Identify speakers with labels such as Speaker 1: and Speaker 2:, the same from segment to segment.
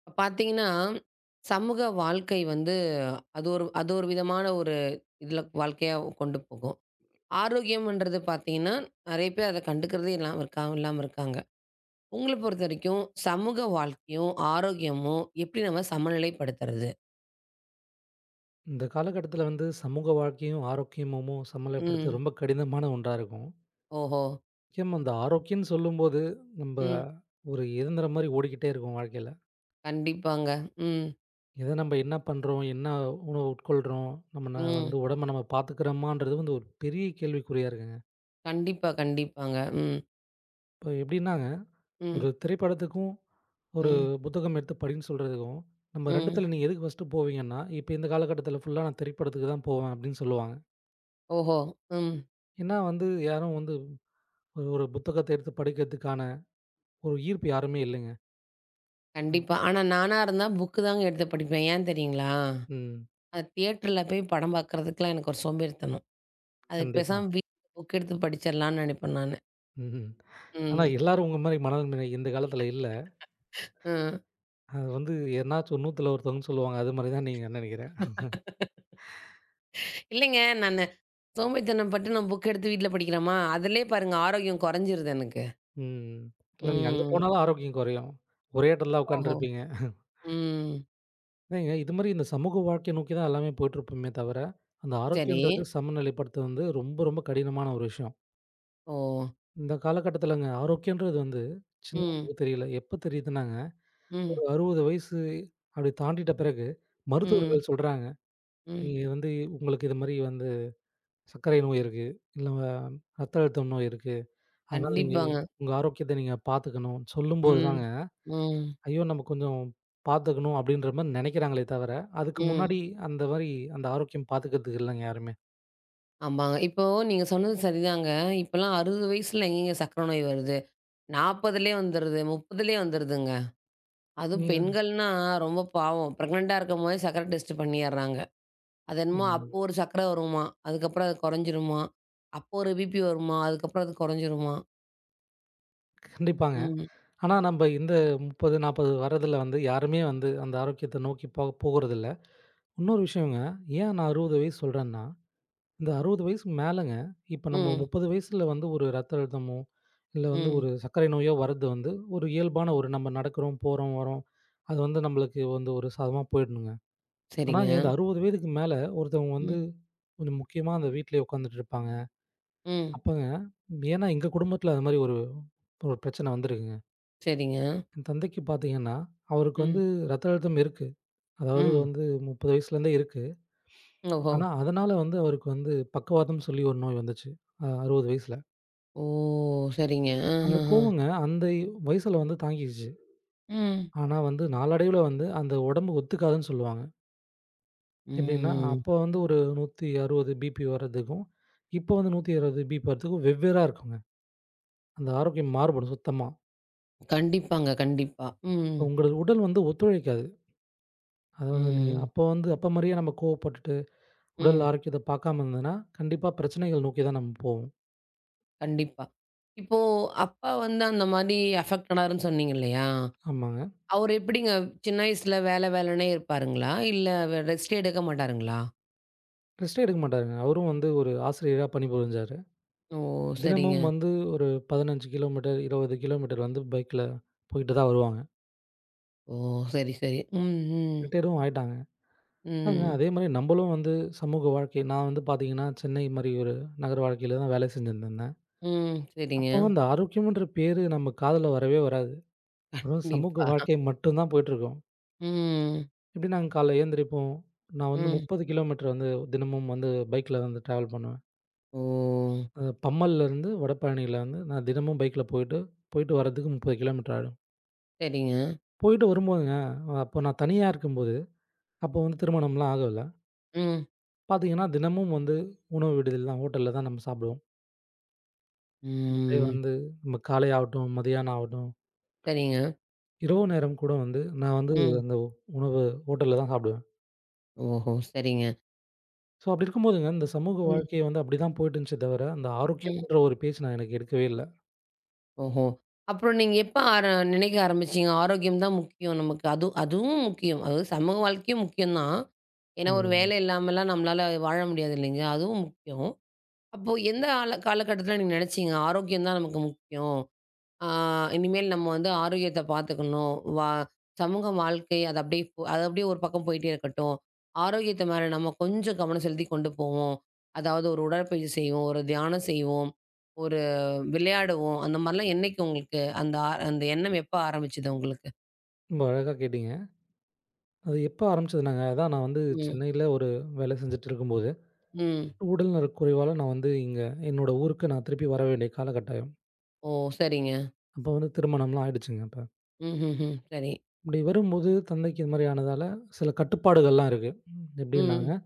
Speaker 1: இப்ப பார்த்தீங்கன்னா, சமூக வாழ்க்கை வந்து அது ஒரு விதமான ஒரு இதில வாழ்க்கையா கொண்டு போகும். ஆரோக்கியம்ன்றது பார்த்தீங்கன்னா, நெறைய பேர் அத கண்டுக்கிறதே இல்லாம இருக்காங்க. உங்கள பொறுத்த வரைக்கும் சமூக வாழ்க்கையும், ஆரோக்கியமும் எப்படி நம்ம சமநிலைப்படுத்துறது?
Speaker 2: இந்த காலகட்டத்தில வந்து சமூக வாழ்க்கையும், ஆரோக்கியமும் சமநிலைப்படுத்த
Speaker 1: ம்.
Speaker 2: ரொம்ப கடினமான ஒன்றா இருக்கும்.
Speaker 1: ஓஹோ!
Speaker 2: முக்கியமா அந்த ஆரோக்கியம்ன்னு சொல்லும்போது, நம்ப
Speaker 1: ம்.
Speaker 2: ஒரு இயந்திரம் மாரி ஓடிக்கிட்டே இருக்கோம் வாழ்க்கையில.
Speaker 1: கண்டிப்பாங்க. ம்.
Speaker 2: எத நம்ம என்ன பண்றோம்? என்ன உணவு உட்கொள்றோம்? நம்ம ந
Speaker 1: ம்.
Speaker 2: வந்து உடம்ப நம்ம பார்த்துக்கிறோமான்றது வந்து ஒரு பெரிய கேள்விக்குறியா இருக்குங்க.
Speaker 1: கண்டிப்பா, கண்டிப்பாங்க. ம்.
Speaker 2: இப்ப எப்படின்னாங்க, ஒரு
Speaker 1: ம்.
Speaker 2: திரைப்படத்துக்கும், ஒரு
Speaker 1: ம்.
Speaker 2: புத்தகம் எடுத்து படின்னு சொல்றதுக்கும், நம்ம
Speaker 1: ம்.
Speaker 2: 2த்துல நீங்க எதுக்கு ஃபர்ஸ்ட்டு போவீங்கன்னா, இப்ப இந்த காலகட்டத்தில ஃபுல்லா நான் திரைப்படத்துக்கு தான் போவேன் அப்படின்னு சொல்லுவாங்க.
Speaker 1: ஓஹோ! ம்.
Speaker 2: ஏன்னா வந்து யாரும் வந்து ஒரு ஒரு புத்தகத்த எடுத்து படிக்கிறதுக்கான ஒரு ஈர்ப்பு யாருமே இல்லங்க. அது
Speaker 1: கண்டிப்பா. ஆனா நானா இருந்தா புக்கு தாங்க எடுத்து படிப்பேன். ஏன் தெரியுங்களா?
Speaker 2: ம்.
Speaker 1: அது தியேட்டர்ல போய் படம் பார்க்குறதுக்குலாம் எனக்கு ஒரு சோம்பேறித்தனம். அதுக்கு
Speaker 2: கண்டிப்பா.
Speaker 1: பேசாம வீட்ல புக் எடுத்து படிச்சிடலான்னு நினைப்பேன் நானு.
Speaker 2: ம்ஹ்ம். ஆனா
Speaker 1: ம்.
Speaker 2: எல்லாரும் உங்க மாரி மனநிலை இந்த காலத்துல இல்ல.
Speaker 1: ம்.
Speaker 2: அது வந்து எதனாச்சும் ஒரு 100த்துல ஒருத்தவங்கன்னு சொல்லுவாங்க. அது மாரி தான் நீங்க நெனைக்கிறேன்.
Speaker 1: இல்லைங்க நானு சோம்பேறித்தனம் பட்டு நம்ம புக் எடுத்து வீட்ல படிக்கிறோமா, அதிலயே பாருங்க ஆரோக்கியம் குறைஞ்சிருது எனக்கு.
Speaker 2: ம். இல்ல நீங்க அங்க
Speaker 1: ம்.
Speaker 2: போனாலும் ஆரோக்கியம் குறையும். ஒரே இடத்துல தான்
Speaker 1: ஓஹோ!
Speaker 2: உட்காந்துருப்பீங்க.
Speaker 1: ம்.
Speaker 2: ஏங்க இது மாரி இந்த சமூக வாழ்க்கை நோக்கி தான் எல்லாமே போயிட்டுருப்போமே தவிர, அந்த
Speaker 1: சரி.
Speaker 2: ஆரோக்கியன்றது சமநிலைப்படுத்துறது வந்து ரொம்ப ரொம்ப கடினமான ஒரு விஷயம்.
Speaker 1: ஓ!
Speaker 2: இந்த காலகட்டத்துலங்க ஆரோக்கியன்றது வந்து
Speaker 1: ம்.
Speaker 2: சின்னவங்களுக்கு தெரியல. எப்ப தெரியுதுன்னாங்க,
Speaker 1: ம்.
Speaker 2: ஒரு 60 வயசு அப்படி தாண்டிட்ட பிறகு
Speaker 1: ம்.
Speaker 2: மருத்துவர்கள் சொல்றாங்க.
Speaker 1: ம்.
Speaker 2: நீங்க வந்து உங்களுக்கு இது மாரி வந்து சர்க்கரை நோய் இருக்கு. இல்ல ரத்த அழுத்தம் நோய் இருக்கு. அதனால நீங்க
Speaker 1: கண்டிப்பாங்க.
Speaker 2: உங்க ஆரோக்கியத்த நீங்க பார்த்துக்கணும். சொல்லும்போது
Speaker 1: ம்.
Speaker 2: தாங்க,
Speaker 1: ம்.
Speaker 2: ஐயோ! நம்ம கொஞ்சம் பார்த்துக்கணும் அப்படின்ற மாரி நெனைக்கிறாங்களே தவிர, அதுக்கு
Speaker 1: ம்.
Speaker 2: முன்னாடி அந்த மாரி அந்த ஆரோக்கியம் பார்த்துக்கிறதுக்கு இல்லங்க யாருமே.
Speaker 1: ஆமாங்க. இப்போ நீங்க சொன்னது சரிதாங்க. இப்பலாம் 60 வயசுல எங்கேங்க சர்க்கரை நோய் வருது? 40லயே வந்துருது, 30லயே வந்துருதுங்க. அதுவும்
Speaker 2: நீங்க
Speaker 1: பெண்கள்னா ரொம்ப பாவம். பிரெக்னன்ட்டா இருக்கும்போதே சர்க்கரை டெஸ்ட் பண்ணிர்றாங்க. அது என்னமோ
Speaker 2: ம்
Speaker 1: அப்போ ஒரு சர்க்கரை வருமாம். அதுக்கப்புறம் அது குறைஞ்சிருமாம். அப்போ ஒரு பிபி வருமாம். அதுக்கப்புறம் அது குறைஞ்சிருமாம்.
Speaker 2: கண்டிப்பாங்க.
Speaker 1: ம்.
Speaker 2: ஆனா நம்ப இந்த 30, 40 வர்றதுல வந்து யாருமே வந்து அந்த ஆரோக்கியத்த நோக்கி போகுறதில்ல. இன்னொரு விஷயங்க, ஏன் நான் 60 வயசு சொல்றேன்னா இந்த 60 வயசுக்கு மேலங்க. இப்ப நம்ம
Speaker 1: ம்.
Speaker 2: 30 வயசுல வந்து ஒரு ரத்த அழுத்தமோ, இல்ல வந்து
Speaker 1: ம்.
Speaker 2: ஒரு சர்க்கரை நோயோ வர்றது வந்து ஒரு இயல்பான ஒரு நம்ம நடக்கிறோம், போறோம், வரோம். அது வந்து நம்மளுக்கு வந்து ஒரு சாதகமா போயிடணுங்க.
Speaker 1: சரிங்க.
Speaker 2: ஆனாங்க இந்த 60 வயதுக்கு மேல ஒருத்தவங்க
Speaker 1: ம்.
Speaker 2: வந்து கொஞ்சம் முக்கியமா அந்த வீட்லயே உட்காந்துட்டு இருப்பாங்க.
Speaker 1: ம்.
Speaker 2: அப்பங்க ஏன்னா எங்க குடும்பத்தில அது மாரி ஒரு ஒரு பிரச்சனை வந்திருக்குங்க.
Speaker 1: சரிங்க.
Speaker 2: என் தந்தைக்கு பார்த்தீங்கன்னா, அவருக்கு
Speaker 1: ம்.
Speaker 2: வந்து ரத்த அழுத்தம் இருக்கு. அதாவது
Speaker 1: ம்.
Speaker 2: வந்து 30 வயசுலேருந்தே இருக்கு.
Speaker 1: ஓஹோ!
Speaker 2: ஆனா அதனால வந்து அவருக்கு வந்து பக்கவாதம்னு சொல்லி ஒரு நோய் வந்துச்சு. அ 60 வயசுல.
Speaker 1: ஓ! சரிங்க.
Speaker 2: அந்த
Speaker 1: அஹஹ.
Speaker 2: கோவங்க அந்த வயசுல வந்து தாங்கிக்கிச்சு.
Speaker 1: ம்.
Speaker 2: ஆனா வந்து நாளடைவுல வந்து அந்த உடம்பு ஒத்துக்காதுன்னு சொல்லுவாங்க. எப்படின்னா,
Speaker 1: ம்.
Speaker 2: அப்போ வந்து ஒரு 160 பிபி வரதுக்கும், இப்போ வந்து 120 பிபி வரதுக்கும் வெவ்வேறா இருக்குங்க. அந்த ஆரோக்கியம் மாறுபடும் சுத்தமா.
Speaker 1: கண்டிப்பாங்க. கண்டிப்பா. ம்.
Speaker 2: இப்ப உங்களது உடல் வந்து ஒத்துழைக்காது. அதாவது நீங்க
Speaker 1: ம்.
Speaker 2: அப்போ வந்து அப்போ மாரியே நம்ம கோவப்பட்டுட்டு, உடல்
Speaker 1: ம்.
Speaker 2: ஆரோக்கியத்த பார்க்காம இருந்ததுன்னா, கண்டிப்பா பிரச்சனைகள் நோக்கி தான் நம்ம போவோம்.
Speaker 1: கண்டிப்பா. இப்போ அப்பா வந்து அந்த மாரி அஃபெக்ட் ஆனாருன்னு சொன்னீங்க இல்லையா?
Speaker 2: ஆமாங்க.
Speaker 1: அவரு எப்படிங்க? சின்ன வயசுல வேல வேலன்னே இருப்பாருங்களா? இல்ல ரெஸ்ட்டே எடுக்க மாட்டாருங்களா?
Speaker 2: ரெஸ்ட்டே எடுக்க மாட்டாருங்க. அவரும் வந்து ஒரு ஆசிரியரா பணிபுரிஞ்சாரு.
Speaker 1: ஓ! சரிங்க.
Speaker 2: தினமும் வந்து ஒரு 15 கிலோமீட்டர், 20 கிலோமீட்டர் வந்து பைக்ல போயிட்டு தான் வருவாங்க.
Speaker 1: ஓ! சரி, சரி. ம், ம்,
Speaker 2: ரிட்டயரும் ஆயிட்டாங்க. அதாங்க
Speaker 1: ம்,
Speaker 2: அதே மாரி நம்பளும் வந்து சமூக வாழ்க்கை நான் வந்து பார்த்தீங்கன்னா, சென்னை மாரி ஒரு நகர வாழ்க்கையில தான் வேலை செஞ்சிருந்திருந்தேன்.
Speaker 1: ம். சரிங்க.
Speaker 2: அப்போ அந்த ஆரோக்கியம்ன்ற பேரு நம்ம காதுல வரவே வராது. வெறும்
Speaker 1: கண்டிப்பா.
Speaker 2: சமூக வாழ்க்கை மட்டும் தான் போயிட்டுருக்கும்.
Speaker 1: ம்,
Speaker 2: எப்டி நாங்க கால்ல எழுந்திரிப்போம். நான் வந்து
Speaker 1: ம்.
Speaker 2: 30 கிலோமீட்டர் வந்து தினமும் வந்து பைக்ல வந்து டிராவல் பண்ணுவேன்.
Speaker 1: ஓ!
Speaker 2: அது பம்மல்லேருந்து வடபழனியிலேருந்து நான் தினமும் பைக்ல போயிட்டு, போயிட்டு வரதுக்கு 30 கிலோமீட்டர் ஆயிடும்.
Speaker 1: சரிங்க.
Speaker 2: போயிட்டு வரும்போதுங்க, அப்போ நான் தனியா இருக்கும்போது, அப்போ வந்து திருமணம்லாம் ஆகல.
Speaker 1: ம்,
Speaker 2: பார்த்தீங்கன்னா, தினமும் வந்து உணவு விடுதில தான் ஹோட்டல்ல தான் நம்ம சாப்பிடுவோம். அதே
Speaker 1: ம்.
Speaker 2: வந்து நம்ம காலை ஆகட்டும், மதியானம் ஆகட்டும்,
Speaker 1: சரிங்க.
Speaker 2: இரவு நேரம் கூட வந்து நான் வந்து
Speaker 1: ம்.
Speaker 2: அந்த உணவு ஹோட்டல்ல தான் சாப்பிடுவேன்.
Speaker 1: ஓஹோ! சரிங்க.
Speaker 2: ஸோ அப்படி இருக்கும்போதுங்க, இந்த சமூக
Speaker 1: ம்,
Speaker 2: வாழ்க்கை வந்து அப்படிதான் போயிட்டு இருந்துச்சே தவிர, அந்த
Speaker 1: ம்.
Speaker 2: ஆரோக்கியம்ன்ற ஒரு பேச்சு நான் எனக்கு எடுக்கவே இல்ல.
Speaker 1: ஓஹோ! அப்புறம் நீங்க எப்ப நினைக்க ஆரம்பிச்சீங்க? ஆரோக்கியம் தான் முக்கியம் நமக்கு. அது அதுவும் முக்கியம். அதாவது சமூக வாழ்க்கையும் முக்கியம் தான். ஏன்னா, ஒரு
Speaker 2: ம்.
Speaker 1: வேலை இல்லாமலாம் நம்மளால வாழ முடியாது இல்லைங்க? அதுவும் முக்கியம். அப்போ எந்த காலகட்டத்தில நீங்க நினைச்சீங்க? ஆரோக்கியம் தான் நமக்கு முக்கியம். ஆ இனிமேல் நம்ம வந்து ஆரோக்கியத்த பார்த்துக்கணும். சமூக வாழ்க்கை அது அப்படியே அது அப்படியே ஒரு பக்கம் போயிட்டே இருக்கட்டும். ஆரோக்கியத்து மேல நம்ம கொஞ்சம் கவனம் செலுத்தி கொண்டு போவோம். அதாவது ஒரு உடற்பயிற்சி செய்வோம், ஒரு தியானம் செய்வோம், ஒரு விளையாடுவோம். அந்த மாரிலாம் என்னைக்கு உங்களுக்கு அந்த அந்த எண்ணம் எப்ப ஆரம்பிச்சது உங்களுக்கு?
Speaker 2: ரொம்ப அழகா கேட்டீங்க. அது எப்ப ஆரம்பிச்சதுனாங்க, அதான் நான் வந்து
Speaker 1: ம்.
Speaker 2: சென்னையில ஒரு வேலை செஞ்சுட்டு இருக்கும்போது,
Speaker 1: ம்.
Speaker 2: உடல்நல குறைவால நான் வந்து இங்க என்னோட ஊருக்கு நான் திருப்பி வர வேண்டிய காலகட்டாயம்.
Speaker 1: ஓ! சரிங்க.
Speaker 2: அப்ப வந்து திருமணம்லாம் ஆயிடுச்சுங்க அப்ப.
Speaker 1: ம்ஹ்ஹ்ம். சரி.
Speaker 2: அப்படி வரும்போது தந்தைக்கு இது மாரி ஆனதால சில கட்டுப்பாடுகள்லாம் இருக்கு.
Speaker 1: ம்.
Speaker 2: எப்படின்னா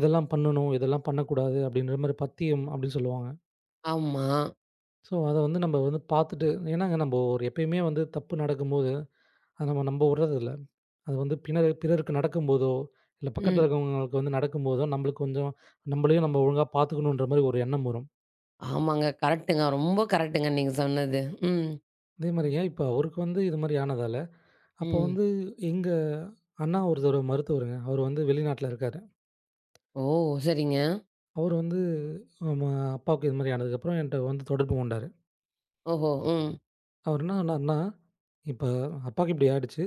Speaker 2: இதெல்லாம் பண்ணணும், இதெல்லாம் பண்ணக்கூடாது அப்படின்ற மாரி பத்தியம் அப்படின்னு சொல்லுவாங்க.
Speaker 1: ஆமா.
Speaker 2: ஸோ, அத வந்து நம்ம வந்து பார்த்துட்டு ஏன்னாங்க நம்ம ஒரு எப்பயுமே வந்து தப்பு நடக்கும்போது, அத நம்ம நம்ப விடுறதில்ல. அது வந்து பிறருக்கு நடக்கும்போதோ, இல்ல பக்கத்துல
Speaker 1: ம்.
Speaker 2: இருக்கிறவங்களுக்கு வந்து நடக்கும்போதோ, நம்மளுக்கு கொஞ்சம் நம்மளையும் நம்ம ஒழுங்கா பார்த்துக்கணுன்ற மாரி ஒரு எண்ணம் வரும்.
Speaker 1: ஆமாங்க. கரெக்ட்டுங்க. ரொம்ப கரெக்ட்டுங்க நீங்க சொன்னது. ம்.
Speaker 2: அதே மாரிங்க இப்போ அவருக்கு வந்து இது மாரி ஆனதால, அப்போ
Speaker 1: ம்.
Speaker 2: வந்து எங்க அண்ணா ஒருத்தர் மருத்துவருங்க. அவர் வந்து வெளிநாட்ல இருக்காரு.
Speaker 1: ஓ! சரிங்க.
Speaker 2: அவர் வந்து நம்ம அப்பாவுக்கு இது மாரி ஆனதுக்கப்புறம் என்ட்ட வந்து தொடர்பு கொண்டாரு.
Speaker 1: ஓஹோ! ம்.
Speaker 2: அவர் என்ன சொன்னாருன்னா, "இப்ப அப்பாவுக்கு இப்படி ஆயிடுச்சு.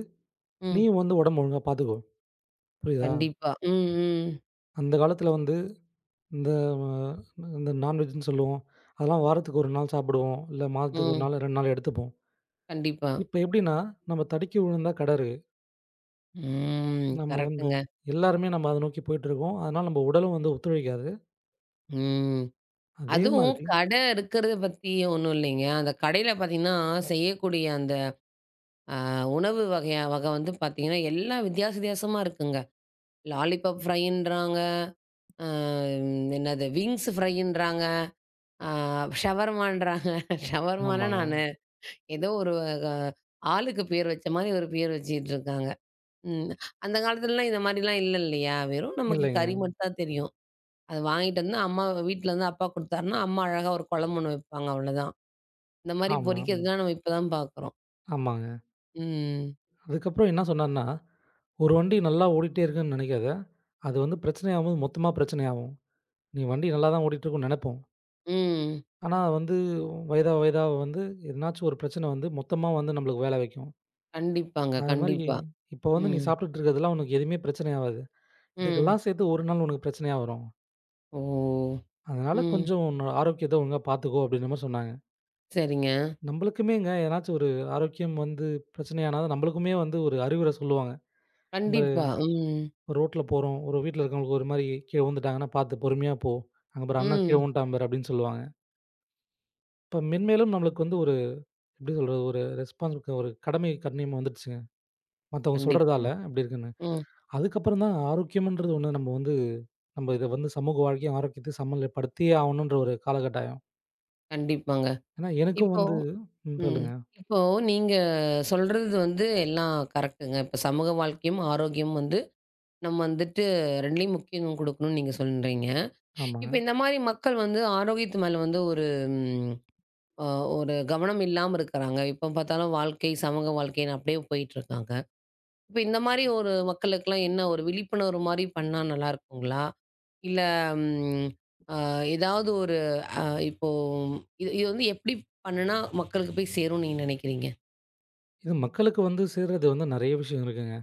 Speaker 1: ம்.
Speaker 2: நீயும் வந்து உடம்பு ஒழுங்கா பார்த்துக்கோ. புரியுதா?
Speaker 1: கண்டிப்பா. ம், ம்,
Speaker 2: அந்த காலத்தில வந்து இந்த இந்த நான்வெஜ்ன்னு சொல்லுவோம். அதெல்லாம் வாரத்துக்கு 1 நாள் சாப்பிடுவோம். இல்ல மாதத்துக்கு 1
Speaker 1: ம்.
Speaker 2: நாள், 2 நாள் எடுத்துப்போம்.
Speaker 1: கண்டிப்பா.
Speaker 2: இப்ப எப்படின்னா, நம்ம தடுக்கி விழுந்தா கெடரு.
Speaker 1: ம்.
Speaker 2: நம்ம வந்து
Speaker 1: கரெக்ட்டுங்க.
Speaker 2: எல்லாருமே நம்ம அத நோக்கி போயிட்டுருக்கோம். அதனால நம்ம உடலும் வந்து ஒத்துழைக்காது.
Speaker 1: ம்.
Speaker 2: அதே
Speaker 1: அதுவும்
Speaker 2: மாதிரி
Speaker 1: கடை இருக்கிறத பத்தி ஒண்ணும் இல்லைங்க. அந்த கடையில பார்த்தீங்கன்னா, செய்யக்கூடிய அந்த அ உணவு வகை வந்து பார்த்தீங்கன்னா, எல்லாம் வித்தியாச வித்தியாசமா இருக்குங்க. லாலிபாப் ஃப்ரைன்றாங்க. அ என்னது விங்ஸ் ஃப்ரைன்றாங்க. அ ஷவர்மான்றாங்க. ஷவர்மானா
Speaker 2: ஆமாங்க.
Speaker 1: நானு ஏதோ ஒரு அ ஆளுக்கு பேர் வச்ச மாரி ஒரு பேர் வச்சுட்டு இருக்காங்க. ம். அந்த காலத்துலலாம் இந்த மாரிலாம் இல்ல இல்லையா? வெறும் நமக்கு
Speaker 2: இல்லைங்க.
Speaker 1: கறி மட்டும் தான் தெரியும். அத வாங்கிட்டு வந்து அம்மா வீட்ல இருந்து அப்பா குடுத்தாருன்னா, அம்மா அழகா ஒரு குழம்பு ஒண்ணு வைப்பாங்க அவ்வளதான். இந்த மாரி
Speaker 2: ஆமா. ம்.
Speaker 1: பொரிக்கிறதுலாம் நம்ம இப்ப தான் பார்க்குறோம்.
Speaker 2: ஆமாங்க.
Speaker 1: ம்.
Speaker 2: அதுக்கப்புறம் என்ன சொன்னார்ன்னா, "ஒரு வண்டி நல்லா ஓடிட்டே இருக்குன்னு நெனைக்காத. அது வந்து பிரச்சனையாகும் போது மொத்தமா பிரச்சனையாகும். நீ வண்டி நல்லா தான் ஓடிட்டுருக்குன்னு நெனப்போம்.
Speaker 1: ம்.
Speaker 2: ஆனா வந்து வயதா வயதா வந்து எதனாச்சும் ஒரு பிரச்சனை வந்து மொத்தமா வந்து நம்மளுக்கு வேல வைக்கும்.
Speaker 1: கண்டிப்பாங்க.
Speaker 2: அது மாரி
Speaker 1: கண்டிப்பா.
Speaker 2: இப்போ வந்து நீ
Speaker 1: ம்.
Speaker 2: சாப்பிட்டுட்டு இருக்கிறதெல்லாம் உனக்கு எதுவுமே பிரச்சனை ஆவாது.
Speaker 1: ம்.
Speaker 2: இதுக்கெல்லாம் சேர்த்து ஒரு நாள் உனக்கு பிரச்சனையா வரும்.
Speaker 1: ஓ!
Speaker 2: அதனால
Speaker 1: ம்.
Speaker 2: கொஞ்சம் உன்னோட ஆரோக்கியத்த ஒழுங்கா பார்த்துக்கோ அப்படின்ற மாரி சொன்னாங்க.
Speaker 1: சரிங்க.
Speaker 2: நம்மளுக்குமேங்க எதனாச்சும் ஒரு ஆரோக்கியம் வந்து பிரச்சனையானா நம்மளுக்குமே வந்து ஒரு அறிவுரை சொல்லுவாங்க. நம்ப
Speaker 1: கண்டிப்பா. ம்.
Speaker 2: ரோட்ல போறோம். ஒரு வீட்ல இருக்கிறவங்களுக்கு ஒரு மாரி கீழ விழுந்துட்டாங்கன்னா பார்த்து பொறுமையா போ. அங்க பாரு அண்ணா கீழ
Speaker 1: ம்.
Speaker 2: விழுந்துட்டான் பாரு அப்படின்னு சொல்லுவாங்க. இப்ப மென்மேலும் நம்மளுக்கு வந்து ஒரு எப்படி சொல்றது ஒரு ரெஸ்பான்ஸ் ஒரு கடமை கண்ணியம் வந்துடுச்சுங்க. மத்தவங்க
Speaker 1: கண்டிப்பாங்க.
Speaker 2: சொல்றதால அப்படி இருக்குன்னு.
Speaker 1: ம்.
Speaker 2: அதுக்கப்புறம் தான் ஆரோக்கியம்ன்றது ஒண்ணு நம்ம வந்து நம்ம இத வந்து சமூக வாழ்க்கையும் ஆரோக்கியத்தையும் சமநிலைப்படுத்தியே ஆவணுன்ற ஒரு காலகட்டாயம்.
Speaker 1: கண்டிப்பாங்க.
Speaker 2: ஏன்னா எனக்கும்
Speaker 1: இப்போ
Speaker 2: வந்து ம்
Speaker 1: ம்.
Speaker 2: சொல்லுங்க.
Speaker 1: இப்போ நீங்க சொல்றது வந்து எல்லாம் கரெக்ட்டுங்க. இப்ப சமூக வாழ்க்கையும், ஆரோக்கியமும் வந்து நம்ம வந்துட்டு 2லயும் முக்கியத்துவம் குடுக்கணும்னு நீங்க சொல்றீங்க. இப்ப
Speaker 2: ஆமாங்க.
Speaker 1: இந்த மாரி மக்கள் வந்து ஆரோக்கியத்து மேல வந்து ஒரு ம் அ ஒரு கவனம் இல்லாம இருக்கிறாங்க. எப்ப பார்த்தாலும் வாழ்க்கை, சமூக வாழ்க்கைன்னு அப்படியே போயிட்டுருக்காங்க. இப்ப இந்த மாரி ஒரு மக்களுக்கெல்லாம் என்ன ஒரு விழிப்புணர்வு மாரி பண்ணா நல்லா இருக்குங்களா? இல்ல ம் அ ஏதாவது ஒரு அ இப்போ இது இது வந்து எப்படி பண்ணுனா மக்களுக்கு போய் சேரும்னு நீங்க நினைக்கிறீங்க?
Speaker 2: இது மக்களுக்கு வந்து சேர்றது வந்து நெறைய விஷயம் இருக்குங்க.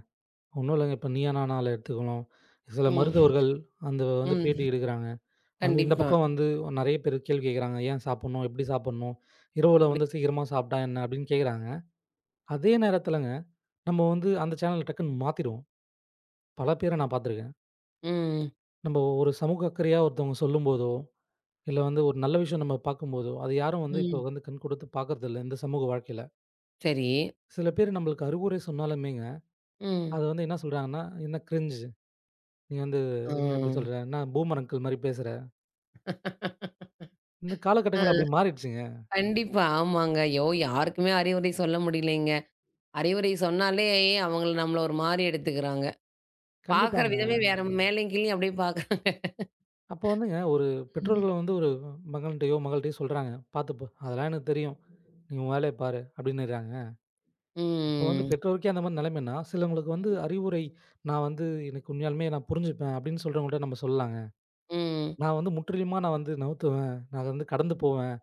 Speaker 2: ஒண்ணும் இல்லங்க. இப்ப நீயா நானால எடுத்துக்கலாம். சில
Speaker 1: ம்.
Speaker 2: மருத்துவர்கள் அந்த வந்து பேட்டி
Speaker 1: ம்.
Speaker 2: எடுக்குறாங்க. வந்து இந்த
Speaker 1: கண்டிப்பா.
Speaker 2: பக்கம் வந்து நெறைய பேர் கேள்வி கேட்குறாங்க. ஏன் சாப்பிடணும்? எப்படி சாப்பிடணும்? இரவுல
Speaker 1: புரி
Speaker 2: வந்து சீக்கிரமா சாப்பிட்டா என்ன? அப்படின்னு கேட்குறாங்க. அதே நேரத்துலங்க நம்ம வந்து அந்த சேனல் டக்குன்னு மாத்திருவோம். பல பேர நான் பார்த்துருக்கேன்.
Speaker 1: ம்.
Speaker 2: நம்ம ஒரு சமூக அக்கறையா ஒருத்தவங்க சொல்லும்போதோ, இல்ல வந்து ஒரு நல்ல விஷயம் நம்ம பார்க்கும்போதோ, அது யாரும் வந்து இப்போ
Speaker 1: ம்.
Speaker 2: வந்து கண் கொடுத்து பார்க்கறதில்ல இந்த சமூக வாழ்க்கையில.
Speaker 1: சரி.
Speaker 2: சில பேர் நம்மளுக்கு அறிவுரை சொன்னாலுமேங்க,
Speaker 1: ம்.
Speaker 2: அது வந்து என்ன சொல்றாங்கன்னா, "என்ன கிரிஞ்ச். நீ வந்து
Speaker 1: ஆ.
Speaker 2: என்ன இப்படி சொல்ற? என்ன பூமர் அங்கிள் மாரி பேசுற." இந்த
Speaker 1: ஆ,
Speaker 2: காலகட்டங்கள் அப்படி மாறிடுச்சுங்க.
Speaker 1: கண்டிப்பா. ஆமாங்க. ஐயோ! யாருக்குமே அறிவுரை சொல்ல முடியலைங்க. அறிவுரை சொன்னாலே அவங்கள நம்மள ஒரு மாரி எடுத்துக்கிறாங்க. பார்க்குற
Speaker 2: கண்டிப்பாங்க.
Speaker 1: விதமே வேற மேலயும் கீழயும் அப்படியே பார்க்குறாங்க.
Speaker 2: அப்போ வந்துங்க ஒரு
Speaker 1: ம்.
Speaker 2: பெற்றோர்கள் வந்து ஒரு மகன்ட்டயோ, மகள்ட்டயோ சொல்றாங்க, "பார்த்துப்போ அதெல்லாம் எனக்கு தெரியும். நீ உன் வேலைய பாரு" அப்படின்னுறாங்க. இப்போ வந்து
Speaker 1: ம்.
Speaker 2: பெற்றோருக்கே அந்த மாரி நிலைமைன்னா, சிலவங்களுக்கு வந்து அறிவுரை, "நான் வந்து எனக்கு உண்மையாலுமே நான் புரிஞ்சுப்பேன்" அப்படின்னு சொல்றவங்கள்ட்ட நம்ம சொல்லலாங்க.
Speaker 1: ம்.
Speaker 2: நான் வந்து முற்றிலுமா நான் வந்து நவுத்துவேன். நான் அத வந்து கடந்து போவேன்.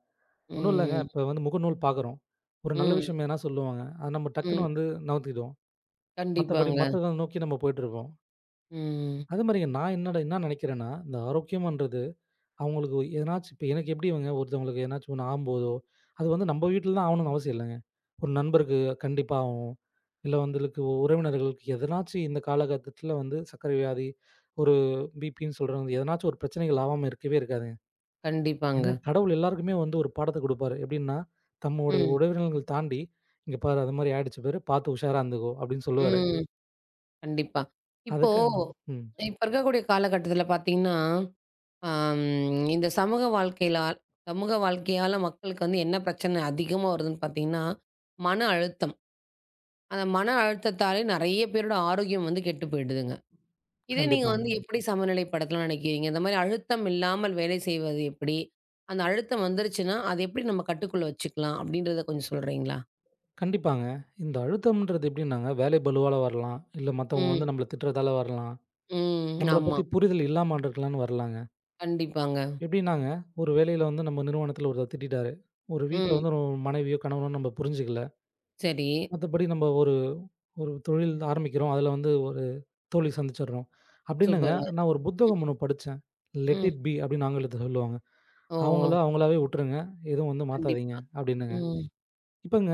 Speaker 2: ஒண்ணும் இல்லங்க.
Speaker 1: ம்.
Speaker 2: இப்ப வந்து முகநூல் பார்க்குறோம். ஒரு நல்ல
Speaker 1: ம்.
Speaker 2: விஷயம் எதுனா சொல்லுவாங்க. அது நம்ம
Speaker 1: ம்.
Speaker 2: டக்குன்னு வந்து நவுத்திடுவோம். மத்தபடி
Speaker 1: கண்டிப்பாங்க.
Speaker 2: மத்தத நோக்கி நம்ம போயிட்டுருப்போம்.
Speaker 1: ம்.
Speaker 2: அதே மாரிங்க நான் என்ன நெனைக்கிறேன்னா, இந்த ஆரோக்கியம்ன்றது அவங்களுக்கு எதனாச்சும் இப்ப எனக்கு எப்படிங்க ஒருத்தவங்களுக்கு எதனாச்சும் ஒண்ணு ஆகும்போதோ, அது வந்து நம்ம வீட்ல தான் ஆகணும்னு அவசியம் இல்லங்க. ஒரு நண்பருக்கு கண்டிப்பா ஆகும். இல்ல உறவினர்களுக்கு எதனாச்சும் இந்த காலகட்டத்தில வந்து சர்க்கரை வியாதி, ஒரு பிபின்னு சொல்றாங்க. எதனாச்சும் ஒரு பிரச்சனைகள் ஆவாம இருக்கவே இருக்காதுங்க.
Speaker 1: கண்டிப்பாங்க.
Speaker 2: ஏன்னா, கடவுள் எல்லாருக்குமே வந்து ஒரு பாடத்த குடுப்பாரு. எப்டின்னா, தம்முடைய
Speaker 1: ம்.
Speaker 2: உறவினர்கள் தாண்டி, "இங்க பாரு அது மாரி ஆயிடுச்சு பாரு, பார்த்து உஷாரா இருந்துக்கோ" அப்டின்னு சொல்லுவாரு.
Speaker 1: ம். கண்டிப்பா. இப்போ
Speaker 2: அதுக்கு ம்.
Speaker 1: இப்ப இருக்கக்கூடிய காலகட்டத்தில பார்த்தீங்கன்னா, அம் இந்த சமூக வாழ்க்கையில சமூக வாழ்க்கையால மக்களுக்கு வந்து என்ன பிரச்சனை அதிகமா வருதுன்னு பார்த்தீங்கன்னா, மன அழுத்தம். அந்த மன அழுத்தத்தாலே நெறைய பேரோட ஆரோக்கியம் வந்து கெட்டு போயிடுதுங்க. இதே நீங்க வந்து
Speaker 2: கண்டிப்பாங்க.
Speaker 1: கண்டிப்பா. எப்படி சமநிலைப்படுத்தலாம்னு நினைக்கிறீங்க? இந்த மாரி அழுத்தம் இல்லாமல் வேலை செய்வது எப்படி? அந்த அழுத்தம் வந்துருச்சுன்னா, அத எப்படி நம்ம கட்டுக்குள்ள வச்சுக்கலாம்? அப்படின்றத கொஞ்சம் சொல்றீங்களா?
Speaker 2: கண்டிப்பாங்க. இந்த அழுத்தம்ன்றது எப்டின்னாங்க, வேலை பளுவால வரலாம், இல்ல மத்தவங்க வந்து
Speaker 1: ம்,
Speaker 2: நம்மள திட்டுறதால வரலாம்,
Speaker 1: ம்.
Speaker 2: நம்மள
Speaker 1: ஆமா.
Speaker 2: பத்தி புரிதல் இல்லாம இருக்கலான்னு வரலாங்க.
Speaker 1: கண்டிப்பாங்க.
Speaker 2: எப்டின்னாங்க, ஒரு வேலையில வந்து நம்ம நிறுவனத்துல ஒருத்தர் திட்டிட்டாரு. ஒரு வீட்ல
Speaker 1: ம்.
Speaker 2: வந்து ஒரு மனைவியோ, கணவனோ நம்ம புரிஞ்சுக்கல.
Speaker 1: சரி.
Speaker 2: மத்தபடி நம்ம ஒரு ஒரு தொழில் ஆரம்பிக்கிறோம். அதுல வந்து தோல்வி சந்திச்சிடுறோம். அப்டின்னுங்க
Speaker 1: சூப்பருங்க.
Speaker 2: நான் ஒரு புத்தகம்
Speaker 1: ம்,
Speaker 2: ஒண்ணு படிச்சேன். "லெட்
Speaker 1: ம்.
Speaker 2: இட் பி" அப்டின்னு ஆங்கிலத்துல சொல்லுவாங்க.
Speaker 1: ஓ!
Speaker 2: "அவங்கள அவங்களாவே விட்டுருங்க. எதுவும் வந்து மாத்தாதீங்க"
Speaker 1: கண்டிப்பா.
Speaker 2: அப்டின்னுங்க.
Speaker 1: ம்,
Speaker 2: இப்பங்க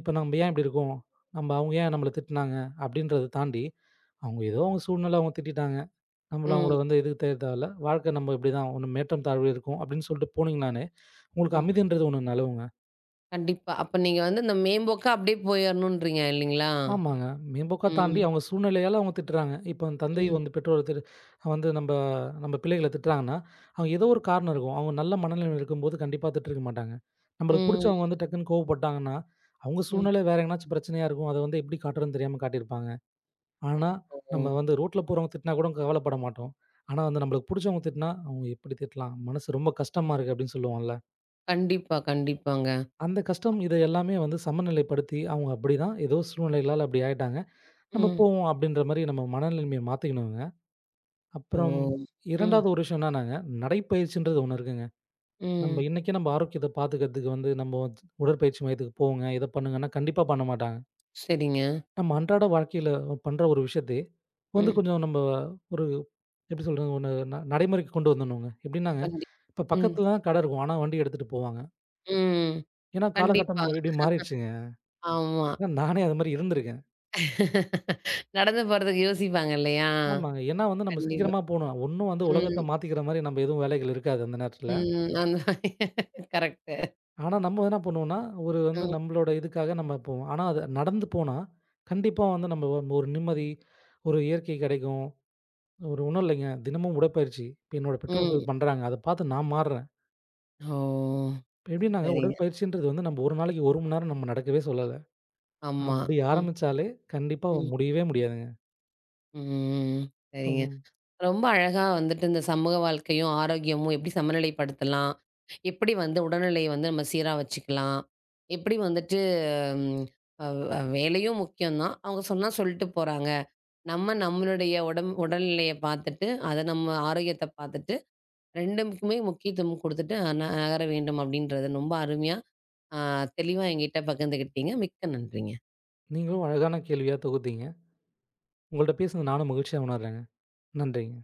Speaker 2: இப்ப நம்ம ஏன் இப்டி இருக்கோம்? நம்ம அவங்க ஏன் நம்மள திட்டுனாங்க? அப்டின்றத தாண்டி, அவங்க ஏதோ அவங்க சூழ்நிலை அவங்க திட்டிட்டாங்க. நம்மள
Speaker 1: ம்,
Speaker 2: அவங்கள வந்து எதுக்கு தேட தேவல்ல. வாழ்க்கை நம்ம இப்டிதான் ஒண்ணு மேற்றம் தாழ்வு இருக்கும் அப்டின்னு சொல்ட்டு போனீங்கனாலே, உங்களுக்கு
Speaker 1: ம்.
Speaker 2: அமைதின்றது ஒண்ணு நிலவுங்க.
Speaker 1: கண்டிப்பா. அப்ப நீங்க வந்து இந்த மேம்போக்கா அப்படியே போயிரணும்ன்றீங்க இல்லைங்களா?
Speaker 2: ஆமாங்க. மேம்போக்கா தாண்டி
Speaker 1: ம்,
Speaker 2: அவங்க சூழ்நிலையால அவங்க திட்டுறாங்க. இப்போ தந்தை
Speaker 1: ம்,
Speaker 2: வந்து பெற்றோர் திட்டு வந்து நம்ப நம்ப பிள்ளைகள திட்டுறாங்கன்னா, அவங்க ஏதோ ஒரு காரணம் இருக்கும். அவங்க நல்ல மனநிலைமையில இருக்கும்போது கண்டிப்பா திட்டிருக்க மாட்டாங்க. நம்மளுக்கு புடிச்சவங்க
Speaker 1: ம்,
Speaker 2: வந்து டக்குன்னு கோவப்பட்டாங்கன்னா, அவங்க
Speaker 1: ம்.
Speaker 2: சூழ்நிலை வேற எங்கனாச்சும் பிரச்சனையா இருக்கும். அத வந்து எப்படி காட்டுறதுன்னு தெரியாம காட்டியிருப்பாங்க. ஆனா,
Speaker 1: ஓ!
Speaker 2: நம்ம வந்து ரோட்ல போறவங்க திட்டினா கூட கவலைப்பட மாட்டோம். ஆனா வந்து நம்மளுக்கு புடிச்சவங்க திட்டினா, அவங்க எப்படி திட்டலாம்? மனசு ரொம்ப கஷ்டமா இருக்கு அப்படின்னு சொல்லுவோம்ல.
Speaker 1: கண்டிப்பா, கண்டிப்பாங்க.
Speaker 2: அந்த கஷ்டம் இத எல்லாமே வந்து சமநிலைப்படுத்தி அவங்க அப்படிதான் ஏதோ சூழ்நிலைகளால அப்படி ஆயிட்டாங்க. நம்ம
Speaker 1: ம்.
Speaker 2: போவோம் அப்படின்ற மாரி நம்ம மனநிலைமைய மாத்திக்கணுங்க.
Speaker 1: ஓ!
Speaker 2: அப்புறம்
Speaker 1: ம்,
Speaker 2: 2வது ஒரு விஷயம் என்னன்னாங்க, நடைப்பயிற்சின்றது ஒண்ணு இருக்குங்க. நம்ம
Speaker 1: ம்.
Speaker 2: இன்னைக்கே நம்ம ஆரோக்கியத்த பாத்துக்கிறதுக்கு வந்து நம்ம வந்து உடற்பயிற்சி மையத்துக்கு போங்க, இத பண்ணுங்கன்னா கண்டிப்பா பண்ண மாட்டாங்க.
Speaker 1: சரிங்க.
Speaker 2: நம்ம அன்றாட வாழ்க்கையில பண்ற ஒரு விஷயத்தையே வந்து
Speaker 1: ம்.
Speaker 2: கொஞ்சம் நம்ம ஒரு எப்படி சொல்றது? ஒண்ணு நடைமுறைக்கு கொண்டு வந்துடணுங்க. எப்படின்னாங்க,
Speaker 1: கண்டி
Speaker 2: இப்ப
Speaker 1: ம்,
Speaker 2: பக்கத்துல தான் கடை இருக்கும். ஆனா வண்டி எடுத்துட்டு போவாங்க.
Speaker 1: ம்.
Speaker 2: ஏன்னா காலகட்டம்
Speaker 1: கண்டிப்பா.
Speaker 2: இப்படி மாறிடுச்சுங்க.
Speaker 1: ஆமா.
Speaker 2: ஏன்னா நானே அது மாரி இருந்திருக்கேன்.
Speaker 1: நடந்து போறதுக்கு யோசிப்பாங்க இல்லையா?
Speaker 2: ஆமாங்க. ஏன்னா வந்து நம்ம
Speaker 1: கண்டிப்பா.
Speaker 2: சீக்கிரமா போணும். ஒண்ணும் வந்து
Speaker 1: ம்,
Speaker 2: உலகத்த மாத்திக்கிற மாரி நம்ம எதுவும் வேலைகள் இருக்காது அந்த நேரத்துல.
Speaker 1: ம். அந்த மாரி கரெக்ட்டு.
Speaker 2: ஆனா, நம்ம என்ன பண்ணுவோம்னா, ஒரு வந்து
Speaker 1: ம்,
Speaker 2: நம்மளோட இதுக்காக நம்ம போவோம். ஆனா, அது நடந்து போனா, கண்டிப்பா வந்து நம்ம ஒரு ஒரு நிம்மதி, ஒரு இயற்கை கிடைக்கும். ஒரு ஒண்ணும் இல்லைங்க, தினமும் உடற்பயிற்சி. இப்ப என்னோட
Speaker 1: ம்.
Speaker 2: பெற்றோர்கள் பண்றாங்க. அத பார்த்து நான் மாறுறேன்.
Speaker 1: ஓ!
Speaker 2: இப்ப எப்படின்னாங்க,
Speaker 1: சரிங்க.
Speaker 2: உடற்பயிற்சின்றது வந்து நம்ம ஒரு நாளைக்கு 1 மணி நேரம் நம்ம நடக்கவே சொல்லல.
Speaker 1: ஆமா.
Speaker 2: அப்படி
Speaker 1: ம்,
Speaker 2: ஆரம்பிச்சாலே கண்டிப்பா
Speaker 1: ம்,
Speaker 2: முடியவே முடியாதுங்க.
Speaker 1: ம்.
Speaker 2: இப்ப
Speaker 1: சரிங்க. ரொம்ப அழகா வந்துட்டு இந்த சமூக வாழ்க்கையும், ஆரோக்கியமும் எப்படி சமநிலைப்படுத்தலாம்? எப்படி வந்து உடல்நிலையை வந்து நம்ம சீரா வச்சுக்கலாம்? எப்படி வந்துட்டு ம். அ அ வேலையும் முக்கியம் தான். அவங்க சொன்னா சொல்ட்டு போறாங்க. நம்ம நம்மளுடைய உடல்நிலைய பார்த்துட்டு, அத நம்ம ஆரோக்கியத்த பார்த்துட்டு 2க்குமே முக்கியத்துவம் குடுத்துட்டு நகர வேண்டும் அப்படின்றது ரொம்ப அருமையா, அ தெளிவா என்கிட்ட பகிர்ந்துக்கிட்டீங்க. மிக்க நன்றிங்க.
Speaker 2: நீங்களும் அழகான கேள்வியா தொகுத்தீங்க. உங்கள்ட்ட பேசினது நானும் மகிழ்ச்சியா உணர்றேங்க. நன்றிங்க.